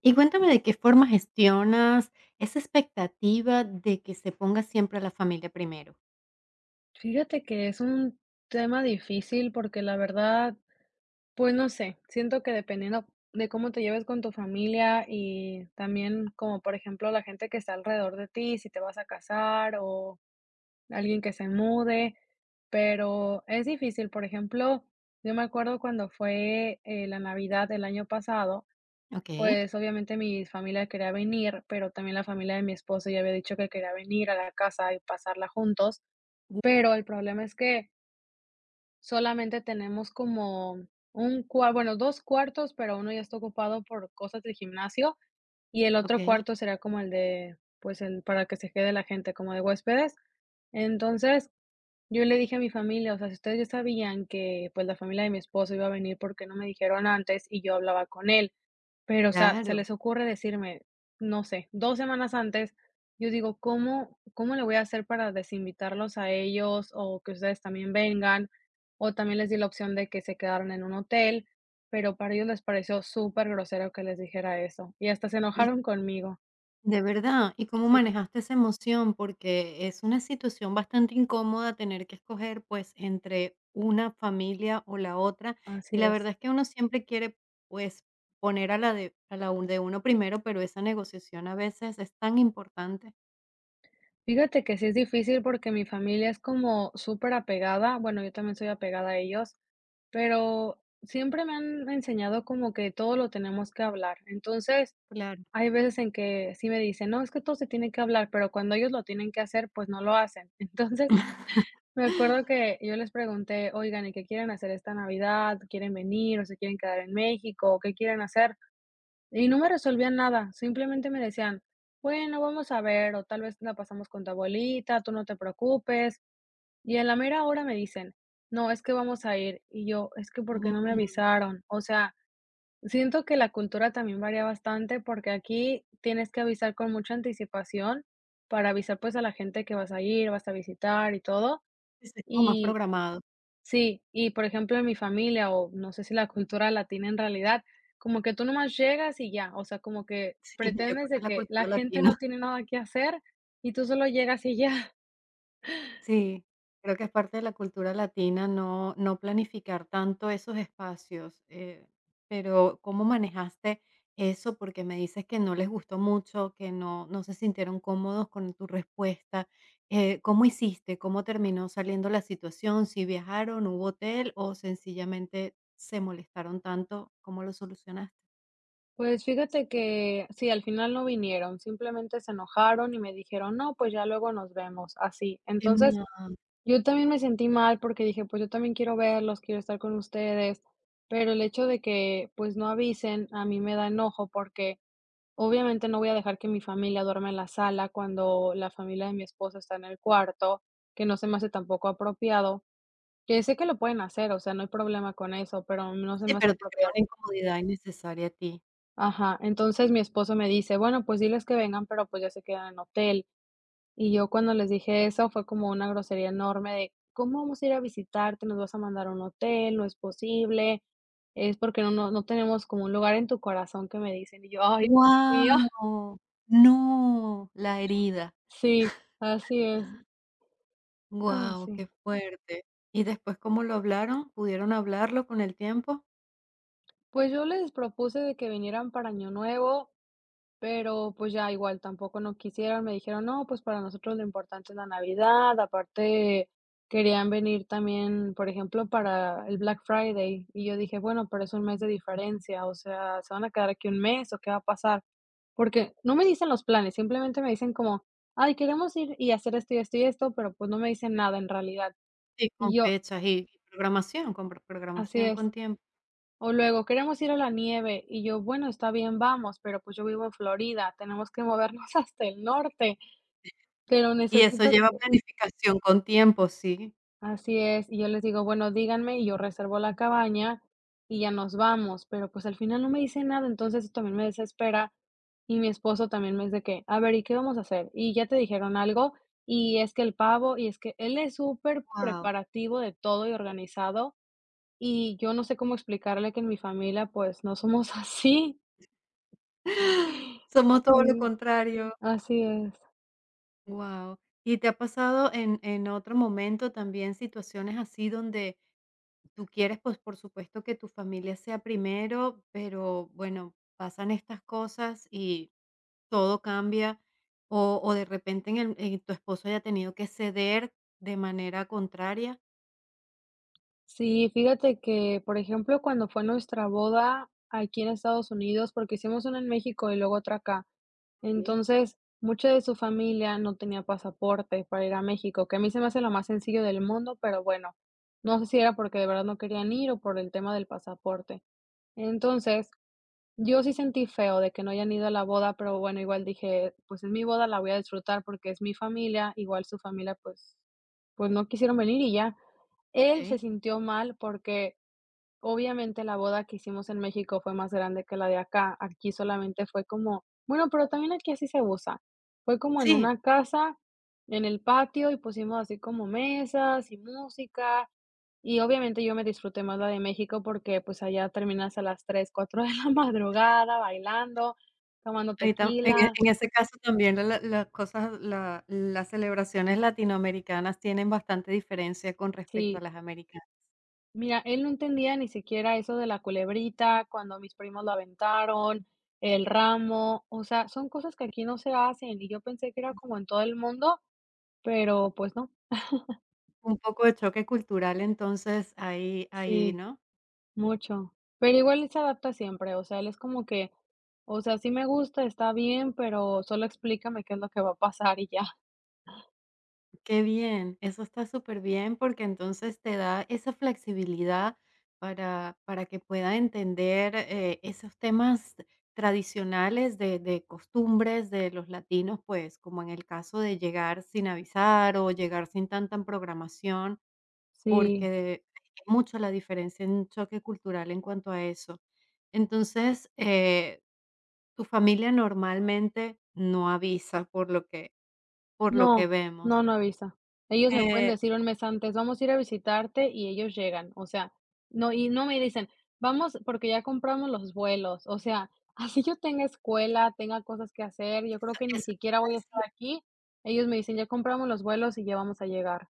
Y cuéntame de qué forma gestionas esa expectativa de que se ponga siempre a la familia primero. Fíjate que es un tema difícil porque la verdad, pues no sé, siento que dependiendo de cómo te lleves con tu familia y también como por ejemplo la gente que está alrededor de ti, si te vas a casar o alguien que se mude, pero es difícil. Por ejemplo, yo me acuerdo cuando fue la Navidad del año pasado, ¿Ok? pues obviamente mi familia quería venir, pero también la familia de mi esposo ya había dicho que quería venir a la casa y pasarla juntos, pero el problema es que solamente tenemos como un cua bueno, 2 cuartos, pero uno ya está ocupado por cosas del gimnasio, y el Ok. otro cuarto será como el de, pues, el para que se quede la gente, como de huéspedes. Entonces, yo le dije a mi familia, o sea, si ustedes ya sabían que, pues, la familia de mi esposo iba a venir, ¿por qué no me dijeron antes? Y yo hablaba con él. Pero, o sea, se Claro. les ocurre decirme, no sé, 2 semanas antes, yo digo: "¿Cómo le voy a hacer para desinvitarlos a ellos, o que ustedes también vengan?". O también les di la opción de que se quedaran en un hotel, pero para ellos les pareció súper grosero que les dijera eso, y hasta se Y enojaron conmigo. de verdad, ¿y cómo Sí, manejaste esa emoción? Porque es una situación bastante incómoda tener que escoger, pues, entre una familia o la otra, así y la es. verdad es que uno siempre quiere, pues, poner a la de de uno primero, pero esa negociación a veces es tan importante. Fíjate que sí es difícil porque mi familia es como súper apegada bueno, yo también soy apegada a ellos, pero siempre me han enseñado como que todo lo tenemos que hablar. Entonces, Claro. hay veces en que sí me dicen: "No, es que todo se tiene que hablar", pero cuando ellos lo tienen que hacer, pues, no lo hacen. Entonces, me acuerdo que yo les pregunté: "Oigan, ¿y qué quieren hacer esta Navidad? ¿Quieren venir o se quieren quedar en México o qué quieren hacer?". Y no me resolvían nada, simplemente me decían: "Bueno, vamos a ver, o tal vez la pasamos con tu abuelita, tú no te preocupes". Y a la mera hora me dicen: "No, es que vamos a ir". Y yo: "Es que, ¿por qué no me Mm, avisaron?". O sea, siento que la cultura también varía bastante, porque aquí tienes que avisar con mucha anticipación para avisar, pues, a la gente que vas a ir, vas a visitar y todo. sí, sí, como más Y programado. sí, y por ejemplo, en mi familia, o no sé si la cultura latina en realidad, como que tú nomás llegas y ya, o sea, como que Sí, yo creo pretendes que es de la que la cultura gente latina. no tiene nada que hacer y tú solo llegas y ya. Sí, creo que es parte de la cultura latina no planificar tanto esos espacios, pero ¿cómo manejaste eso? Porque me dices que no les gustó mucho, que no se sintieron cómodos con tu respuesta. ¿Cómo hiciste? ¿Cómo terminó saliendo la situación? ¿Si viajaron, hubo hotel o sencillamente se molestaron tanto? ¿Cómo lo solucionaste? Pues fíjate que sí, al final no vinieron, simplemente se enojaron y me dijeron: "No, pues ya luego nos vemos", así. Qué Entonces mal. yo también me sentí mal porque dije: "Pues yo también quiero verlos, quiero estar con ustedes", pero el hecho de que, pues, no avisen, a mí me da enojo porque obviamente no voy a dejar que mi familia duerma en la sala cuando la familia de mi esposo está en el cuarto, que no se me hace tampoco apropiado, que sé que lo pueden hacer, o sea, no hay problema con eso, pero no se Sí, me hace pero te creó apropiado. una incomodidad innecesaria a ti. Ajá, entonces mi esposo me dice: "Bueno, pues diles que vengan, pero pues ya se quedan en hotel". Y yo cuando les dije eso fue como una grosería enorme de: "¿Cómo vamos a ir a visitarte? ¿Nos vas a mandar a un hotel? No es posible, es porque no tenemos como un lugar en tu corazón", que me dicen, y yo: "Ay, Dios mío". Wow, no, la herida. Sí, así es. Ay, Wow, sí. qué fuerte. ¿Y después cómo lo hablaron? ¿Pudieron hablarlo con el tiempo? Pues yo les propuse de que vinieran para Año Nuevo, pero, pues, ya igual tampoco no quisieron, me dijeron: "No, pues, para nosotros lo importante es la Navidad", aparte querían venir también, por ejemplo, para el Black Friday, y yo dije: "Bueno, pero es un mes de diferencia, o sea, ¿se van a quedar aquí un mes o qué va a pasar?". Porque no me dicen los planes, simplemente me dicen como: "Ay, queremos ir y hacer esto y esto y esto", pero, pues, no me dicen nada en realidad. Sí, con Y yo fechas y programación, con así programación es. con tiempo. O luego: "Queremos ir a la nieve", y yo: "Bueno, está bien, vamos", pero, pues, yo vivo en Florida, tenemos que movernos hasta el norte. Pero Y eso necesito lleva que planificación con tiempo, sí. así es, y yo les digo: "Bueno, díganme", y yo reservo la cabaña y ya nos vamos, pero, pues, al final no me dice nada, entonces eso también me desespera, y mi esposo también me dice que: "A ver, ¿y qué vamos a hacer? ¿Y ya te dijeron algo? Y es que el pavo", y es que él es súper Wow, preparativo de todo y organizado, y yo no sé cómo explicarle que en mi familia, pues, no somos así. somos todo lo Sí, contrario. así es. Wow, ¿y te ha pasado en otro momento también situaciones así donde tú quieres, pues, por supuesto que tu familia sea primero, pero bueno, pasan estas cosas y todo cambia, o de repente en el en tu esposo haya tenido que ceder de manera contraria. Sí, fíjate que, por ejemplo, cuando fue nuestra boda aquí en Estados Unidos, porque hicimos una en México y luego otra acá. Okey. Entonces, mucha de su familia no tenía pasaporte para ir a México, que a mí se me hace lo más sencillo del mundo, pero bueno, no sé si era porque de verdad no querían ir o por el tema del pasaporte. Entonces, yo sí sentí feo de que no hayan ido a la boda, pero bueno, igual dije, pues es mi boda, la voy a disfrutar porque es mi familia, igual su familia, pues, pues no quisieron venir y ya. Él se Okey. sintió mal porque, obviamente, la boda que hicimos en México fue más grande que la de acá. Aquí solamente fue como bueno, pero también aquí así se usa. Fue como en Sí, una casa, en el patio, y pusimos así como mesas y música. Y obviamente yo me disfruté más la de México porque pues allá terminas a las 3, 4 de la madrugada bailando, tomando ahí tam en e tequila. en ese caso también las cosas, la las celebraciones latinoamericanas tienen bastante diferencia con respecto a Sí. las americanas. Mira, él no entendía ni siquiera eso de la culebrita, cuando mis primos lo aventaron, el ramo, o sea, son cosas que aquí no se hacen y yo pensé que era como en todo el mundo, pero pues no, Un poco de choque cultural entonces ahí, sí, ¿no? mucho. Pero igual él se adapta siempre, o sea, él es como que, o sea, sí me gusta, está bien, pero solo explícame qué es lo que va a pasar y ya. Qué bien, eso está súper bien porque entonces te da esa flexibilidad para que pueda entender esos temas tradicionales de costumbres de los latinos, pues como en el caso de llegar sin avisar o llegar sin tanta programación, Sí. porque es mucho la diferencia en choque cultural en cuanto a eso. Entonces, tu familia normalmente no avisa por lo que No, vemos. no, no avisa. Ellos me pueden Eh, decir un mes antes: "Vamos a ir a visitarte", y ellos llegan, o sea, no, y no me dicen: "Vamos porque ya compramos los vuelos", o sea, así yo tenga escuela, tenga cosas que hacer, yo creo eso que ni eso te siquiera iba a voy a estar decir, aquí. Ellos me dicen: "Ya compramos los vuelos y ya vamos a llegar".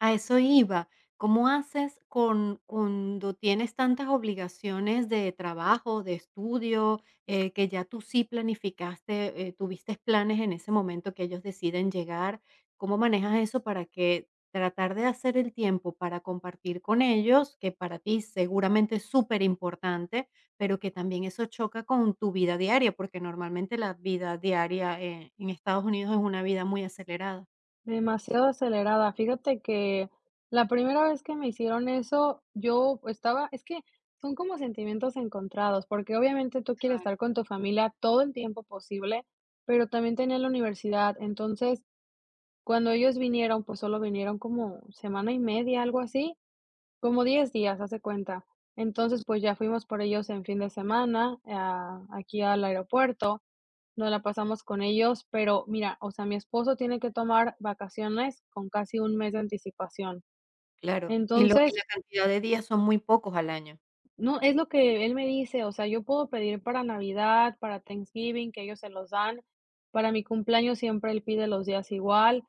a eso iba. ¿Cómo haces con cuando tienes tantas obligaciones de trabajo, de estudio, que ya tú sí planificaste, tuviste planes en ese momento que ellos deciden llegar? ¿Cómo manejas eso para que tratar de hacer el tiempo para compartir con ellos, que para ti seguramente es súper importante, pero que también eso choca con tu vida diaria? Porque normalmente la vida diaria, en Estados Unidos es una vida muy acelerada. Demasiado acelerada. Fíjate que la primera vez que me hicieron eso, yo estaba es que son como sentimientos encontrados, porque obviamente tú quieres Claro, estar con tu familia todo el tiempo posible, pero también tenía la universidad. Entonces, cuando ellos vinieron, pues solo vinieron como semana y media, algo así, como 10 días, hace cuenta. Entonces, pues, ya fuimos por ellos en fin de semana, ah, aquí al aeropuerto, nos la pasamos con ellos, pero mira, o sea, mi esposo tiene que tomar vacaciones con casi un mes de anticipación. claro. Y lo y Entonces, la cantidad de días son muy pocos al año. no, es lo que él me dice, o sea, yo puedo pedir para Navidad, para Thanksgiving, que ellos se los dan, para mi cumpleaños siempre él pide los días igual,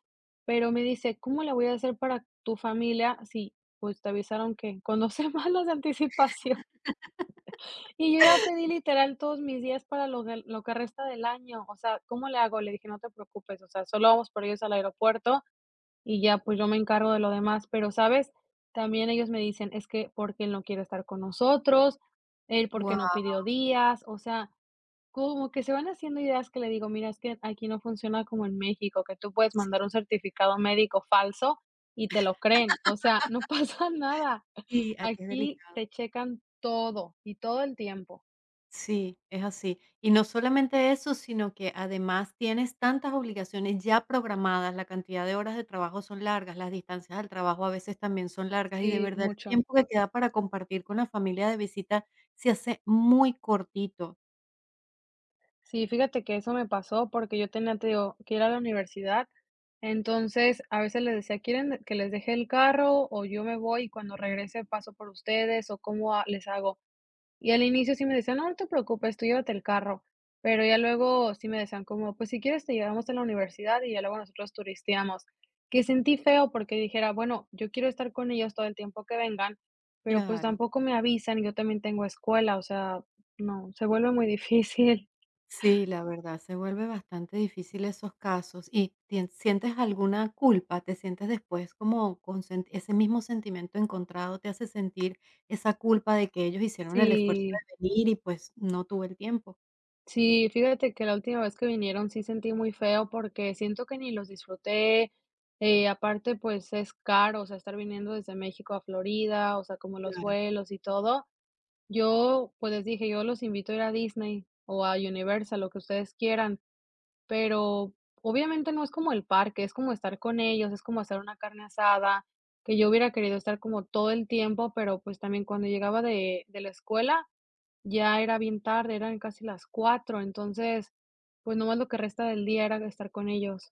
pero me dice: "¿Cómo le voy a hacer para tu familia si, pues, te avisaron que con 2 semanas de anticipación?". Y yo ya pedí literal todos mis días para lo que resta del año, o sea, ¿cómo le hago? Le dije: "No te preocupes, o sea, solo vamos por ellos al aeropuerto y ya, pues, yo me encargo de lo demás", pero, ¿sabes? También ellos me dicen: "Es que, porque él no quiere estar con nosotros, él porque no Guau, pidió días", o sea, como que se van haciendo ideas que le digo: "Mira, es que aquí no funciona como en México, que tú puedes sí. mandar un certificado médico falso y te lo creen, o sea, no pasa nada. Sí, aquí es Aquí delicado. te checan todo y todo el tiempo". Sí, es así. Y no solamente eso, sino que además tienes tantas obligaciones ya programadas, la cantidad de horas de trabajo son largas, las distancias al trabajo a veces también son largas y de Sí, verdad el mucho. tiempo que queda para compartir con la familia de visita se hace muy cortito. Sí, fíjate que eso me pasó porque yo tenía, te digo, que ir a la universidad. Entonces, a veces les decía, ¿quieren que les deje el carro o yo me voy y cuando regrese paso por ustedes o cómo ha- les hago? Y al inicio sí me decían: "No, no te preocupes, tú llévate el carro", pero ya luego sí me decían como: "Pues si quieres te llevamos a la universidad y ya luego nosotros turisteamos", que sentí feo porque dijera: "Bueno, yo quiero estar con ellos todo el tiempo que vengan, pero pues Claro. tampoco me avisan yo también tengo escuela", o sea, no, se vuelve muy difícil. Sí, la verdad, se vuelve bastante difícil esos casos. ¿Y sientes alguna culpa? ¿Te sientes después como con ese mismo sentimiento encontrado te hace sentir esa culpa de que ellos hicieron el esfuerzo Sí. de venir y pues no tuve el tiempo? Sí, fíjate que la última vez que vinieron sí sentí muy feo porque siento que ni los disfruté, aparte, pues, es caro, o sea, estar viniendo desde México a Florida, o sea, como los Claro. vuelos y todo. Yo, pues, les dije: "Yo los invito a ir a Disney o a Universal, lo que ustedes quieran", pero obviamente no es como el parque, es como estar con ellos, es como hacer una carne asada, que yo hubiera querido estar como todo el tiempo, pero, pues, también cuando llegaba de la escuela, ya era bien tarde, eran casi las 4 entonces, pues, nomás lo que resta del día era estar con ellos.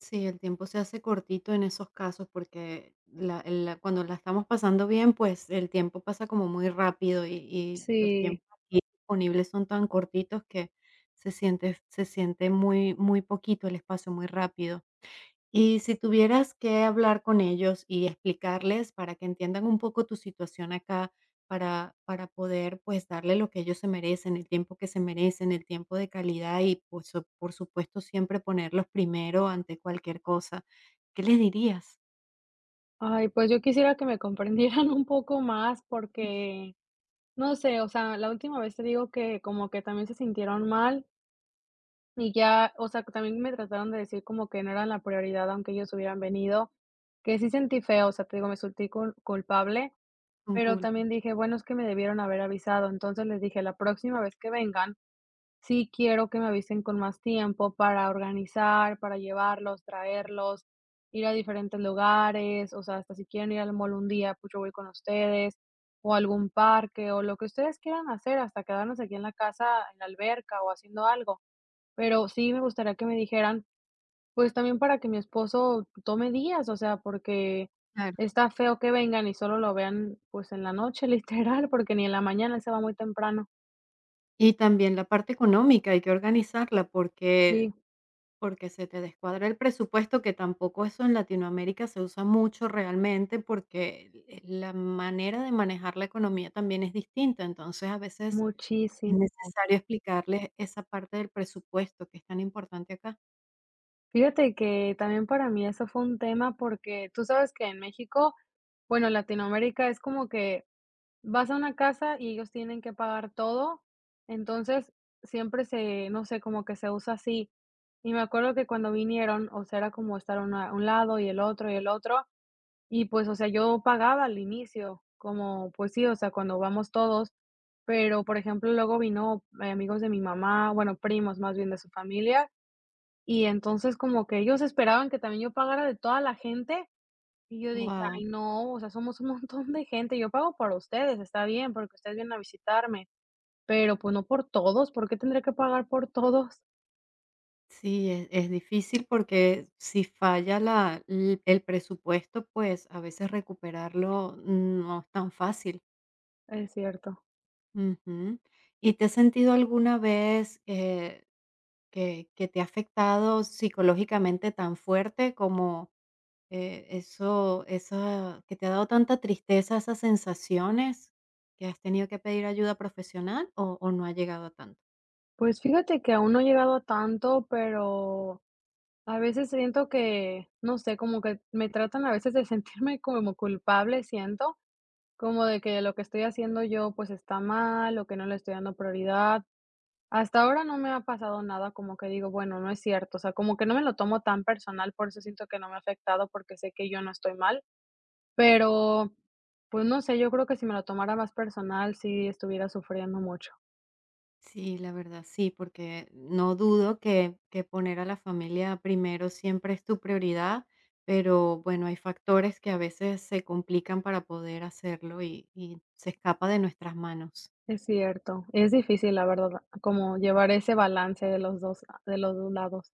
Sí, el tiempo se hace cortito en esos casos porque cuando la estamos pasando bien, pues el tiempo pasa como muy rápido y los Sí. tiempos aquí disponibles son tan cortitos que se siente muy, muy poquito el espacio, muy rápido. Y si tuvieras que hablar con ellos y explicarles para que entiendan un poco tu situación acá, para poder pues darle lo que ellos se merecen, el tiempo que se merecen, el tiempo de calidad y por, por supuesto siempre ponerlos primero ante cualquier cosa, ¿qué les dirías Ay, pues, yo quisiera que me comprendieran un poco más porque, no sé, o sea, la última vez te digo que como que también se sintieron mal y ya, o sea, que también me trataron de decir como que no eran la prioridad, aunque ellos hubieran venido, que sí sentí feo, o sea, te digo, me sentí culpable, con pero culpa? también dije: "Bueno, es que me debieron haber avisado". Entonces les dije: "La próxima vez que vengan, sí, quiero que me avisen con más tiempo para organizar, para llevarlos, traerlos, ir a diferentes lugares, o sea, hasta si quieren ir al mall un día, pues yo voy con ustedes, o a algún parque, o lo que ustedes quieran hacer, hasta quedarnos aquí en la casa, en la alberca o haciendo algo. Pero sí me gustaría que me dijeran, pues también para que mi esposo tome días, o sea, porque Claro. está feo que vengan y solo lo vean pues en la noche, literal, porque ni en la mañana él se va muy temprano". Y también la parte económica, hay que organizarla porque Sí, porque se te descuadra el presupuesto, que tampoco eso en Latinoamérica se usa mucho realmente, porque la manera de manejar la economía también es distinta. Entonces, a veces es muchísimo. necesario explicarles esa parte del presupuesto que es tan importante acá. Fíjate que también para mí eso fue un tema porque tú sabes que en México, bueno, Latinoamérica es como que vas a una casa y ellos tienen que pagar todo, entonces siempre se, no sé, como que se usa así. Y me acuerdo que cuando vinieron, o sea, era como estar un lado y el otro y el otro, y pues, o sea, yo pagaba al inicio, como pues sí, o sea, cuando vamos todos, pero por ejemplo, luego vino amigos de mi mamá, bueno, primos más bien de su familia. Y entonces, como que ellos esperaban que también yo pagara de toda la gente, y yo dije: Wow, "Ay, no, o sea, somos un montón de gente, yo pago por ustedes, está bien, porque ustedes vienen a visitarme, pero, pues, no por todos, ¿por qué tendría que pagar por todos?". sí, es difícil porque si falla el presupuesto, pues a veces recuperarlo no es tan fácil. Es cierto. Ujú. ¿Y te has sentido alguna vez? Que te ha afectado psicológicamente tan fuerte como eso, esa, que te ha dado tanta tristeza, esas sensaciones que has tenido que pedir ayuda profesional o no ha llegado a tanto. Pues, fíjate que aún no he llegado a tanto, pero a veces siento que, no sé, como que me tratan a veces de sentirme como culpable, siento, como de que lo que estoy haciendo yo, pues, está mal, o que no le estoy dando prioridad. Hasta ahora no me ha pasado nada como que digo: "Bueno, no es cierto", o sea, como que no me lo tomo tan personal, por eso siento que no me ha afectado, porque sé que yo no estoy mal, pero, pues, no sé, yo creo que si me lo tomara más personal, sí estuviera sufriendo mucho. Sí, la verdad, sí, porque no dudo que poner a la familia primero siempre es tu prioridad, pero bueno, hay factores que a veces se complican para poder hacerlo y se escapa de nuestras manos. Es cierto, es difícil, la verdad, como llevar ese balance de los dos lados.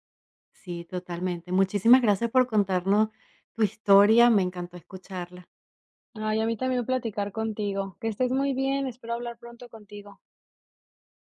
Sí, totalmente. Muchísimas gracias por contarnos tu historia, me encantó escucharla. Ay, a mí también platicar contigo. Que estés muy bien, espero hablar pronto contigo.